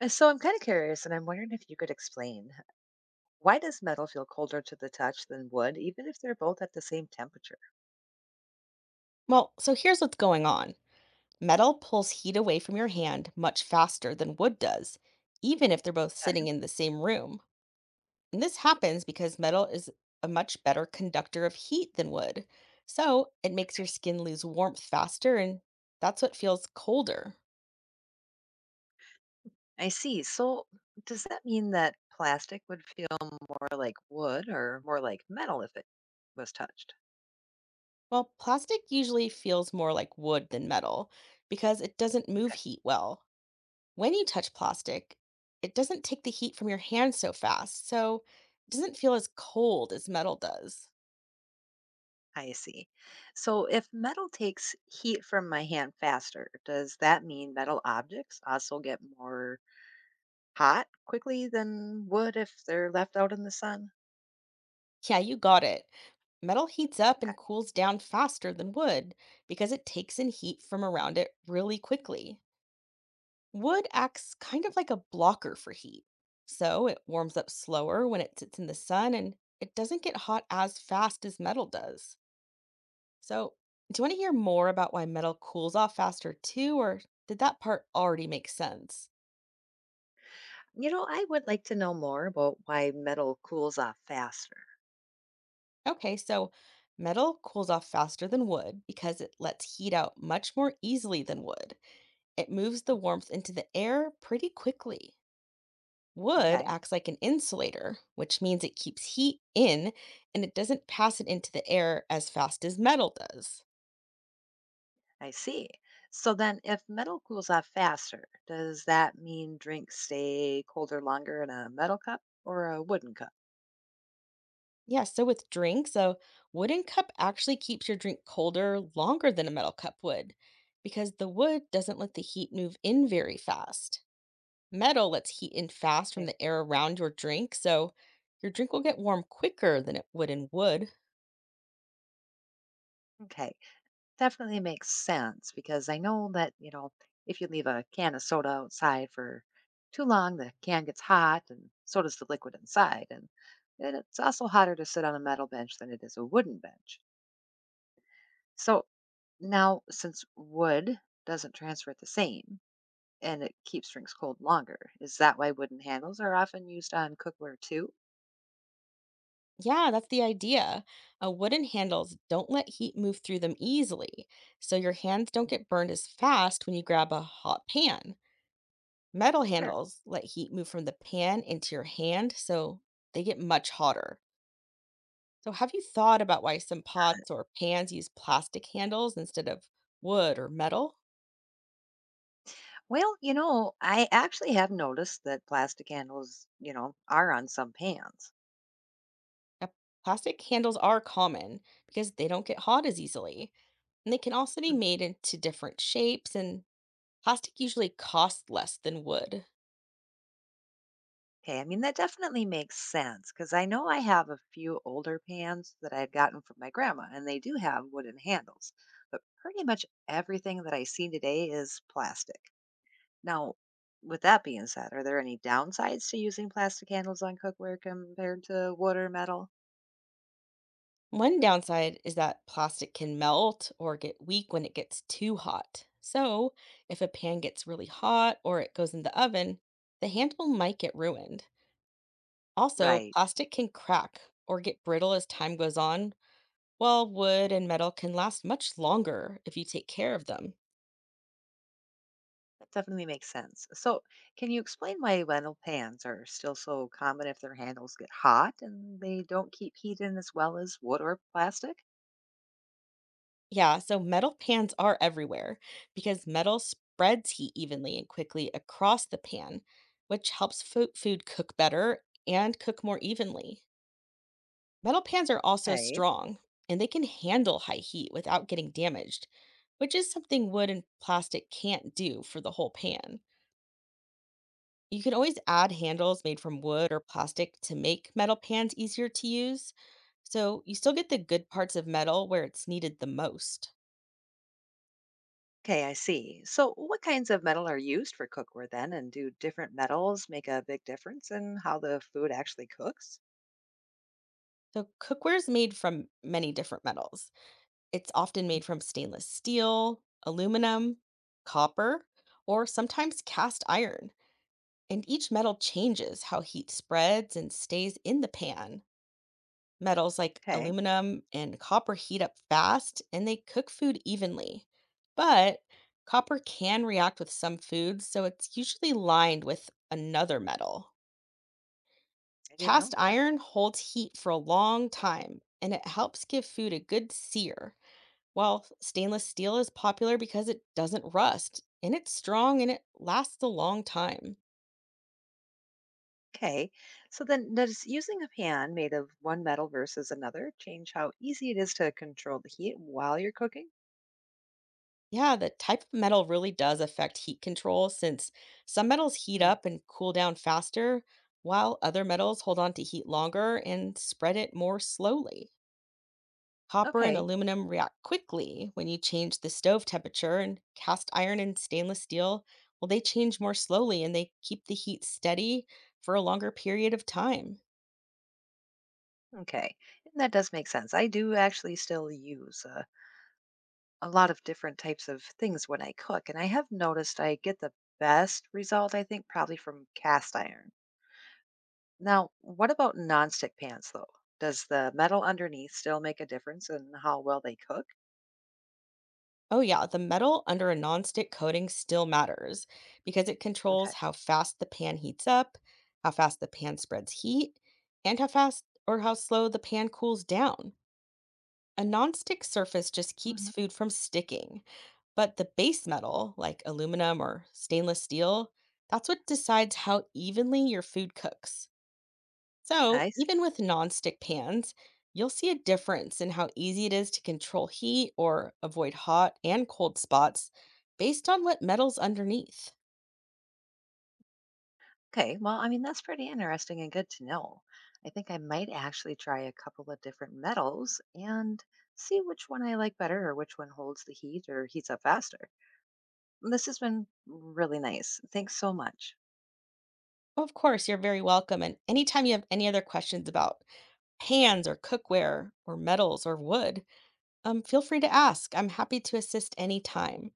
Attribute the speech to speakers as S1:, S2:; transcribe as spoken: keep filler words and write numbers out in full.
S1: Uh, So I'm kind of curious, and I'm wondering if you could explain why does metal feel colder to the touch than wood, even if they're both at the same temperature?
S2: Well, so here's what's going on. Metal pulls heat away from your hand much faster than wood does, even if they're both
S1: Okay.
S2: sitting in the same room. And this happens because metal is a much better conductor of heat than wood. So it makes your skin lose warmth faster, and that's what feels colder.
S1: I see. So does that mean that plastic would feel more like wood or more like metal if it was touched?
S2: Well, plastic usually feels more like wood than metal because it doesn't move
S1: Okay,
S2: heat well. When you touch plastic, it doesn't take the heat from your hand so fast, so it doesn't feel as cold as metal does.
S1: I see. So if metal takes heat from my hand faster, does that mean metal objects also get more hot quickly than wood if they're left out in the sun?
S2: Yeah, you got it. Metal heats up and cools down faster than wood because it takes in heat from around it really quickly. Wood acts kind of like a blocker for heat. So it warms up slower when it sits in the sun and it doesn't get hot as fast as metal does. So, do you want to hear more about why metal cools off faster too, or did that part already make sense?
S1: You know, I would like to know more about why metal cools off faster.
S2: Okay, so metal cools off faster than wood because it lets heat out much more easily than wood. It moves the warmth into the air pretty quickly. Wood
S1: Okay,
S2: acts like an insulator, which means it keeps heat in and it doesn't pass it into the air as fast as metal does.
S1: I see. So then, if metal cools off faster, does that mean drinks stay colder longer in a metal cup or a wooden cup?
S2: Yeah, so with drinks, a wooden cup actually keeps your drink colder longer than a metal cup would because the wood doesn't let the heat move in very fast. Metal lets heat in fast from
S1: Okay,
S2: the air around your drink, so your drink will get warm quicker than it would in wood.
S1: okay, definitely makes sense because I know that, you know, if you leave a can of soda outside for too long, the can gets hot and so does the liquid inside. And then it's also hotter to sit on a metal bench than it is a wooden bench. So, now, since wood doesn't transfer the same and it keeps drinks cold longer, is that why wooden handles are often used on cookware too?
S2: Yeah, that's the idea. Uh, wooden handles don't let heat move through them easily, so your hands don't get burned as fast when you grab a hot pan. Metal
S1: Sure.
S2: handles let heat move from the pan into your hand, so they get much hotter. So, have you thought about why some pots or pans use plastic handles instead of wood or metal?
S1: Well, you know, I actually have noticed that plastic handles, you know, are on some pans.
S2: Uh, Plastic handles are common because they don't get hot as easily, and they can also be
S1: Mm.
S2: made into different shapes, and plastic usually costs less than wood.
S1: Okay, I mean, that definitely makes sense because I know I have a few older pans that I had gotten from my grandma, and they do have wooden handles. But pretty much everything that I see today is plastic. Now, with that being said, are there any downsides to using plastic handles on cookware compared to wood or metal?
S2: One downside is that plastic can melt or get weak when it gets too hot. So, if a pan gets really hot or it goes in the oven, the handle might get ruined. Also,
S1: Right.
S2: plastic can crack or get brittle as time goes on, while wood and metal can last much longer if you take care of them.
S1: That definitely makes sense. So, can you explain why metal pans are still so common if their handles get hot and they don't keep heat in as well as wood or plastic?
S2: Yeah, so metal pans are everywhere because metal spreads heat evenly and quickly across the pan, which helps fo- food cook better and cook more evenly. Metal pans are also
S1: Okay.
S2: strong and they can handle high heat without getting damaged, which is something wood and plastic can't do for the whole pan. You can always add handles made from wood or plastic to make metal pans easier to use, so you still get the good parts of metal where it's needed the most.
S1: Okay, I see. So, what kinds of metal are used for cookware then, and do different metals make a big difference in how the food actually cooks?
S2: So, cookware is made from many different metals. It's often made from stainless steel, aluminum, copper, or sometimes cast iron. And each metal changes how heat spreads and stays in the pan. Metals like
S1: Okay,
S2: aluminum and copper heat up fast and they cook food evenly. But copper can react with some foods, so it's usually lined with another metal.
S1: I didn't know
S2: Cast
S1: that.
S2: iron holds heat for a long time and it helps give food a good sear, while stainless steel is popular because it doesn't rust and it's strong and it lasts a long time.
S1: Okay, so then does using a pan made of one metal versus another change how easy it is to control the heat while you're cooking?
S2: Yeah, the type of metal really does affect heat control since some metals heat
S1: Mhm.
S2: up and cool down faster, while other metals hold on to heat longer and spread it more slowly. Copper and
S1: Okay,
S2: aluminum react quickly when you change the stove temperature, and cast iron and stainless steel, well, they change more slowly and they keep the heat steady for a longer period of time.
S1: okay. And that does make sense. I do actually still use uh, a lot of different types of things when I cook, and I have noticed I get the best result, I think, probably from cast iron. Now, what about nonstick pans, though? Does the metal underneath still make a difference in how well they cook?
S2: Oh, yeah, the metal under a nonstick coating still matters because it controls
S1: Okay.
S2: how fast the pan heats up, how fast the pan spreads heat, and how fast or how slow the pan cools down. A nonstick surface just keeps
S1: Mhm.
S2: food from sticking, but the base metal, like aluminum or stainless steel, that's what decides how evenly your food cooks. So,
S1: I see.
S2: even with nonstick pans, you'll see a difference in how easy it is to control heat or avoid hot and cold spots based on what metal's underneath.
S1: Okay, well, I mean, that's pretty interesting and good to know. I think I might actually try a couple of different metals and see which one I like better or which one holds the heat or heats up faster. This has been really nice. Thanks so much.
S2: Of course, you're very welcome. And anytime you have any other questions about pans or cookware or metals or wood, um, feel free to ask. I'm happy to assist anytime.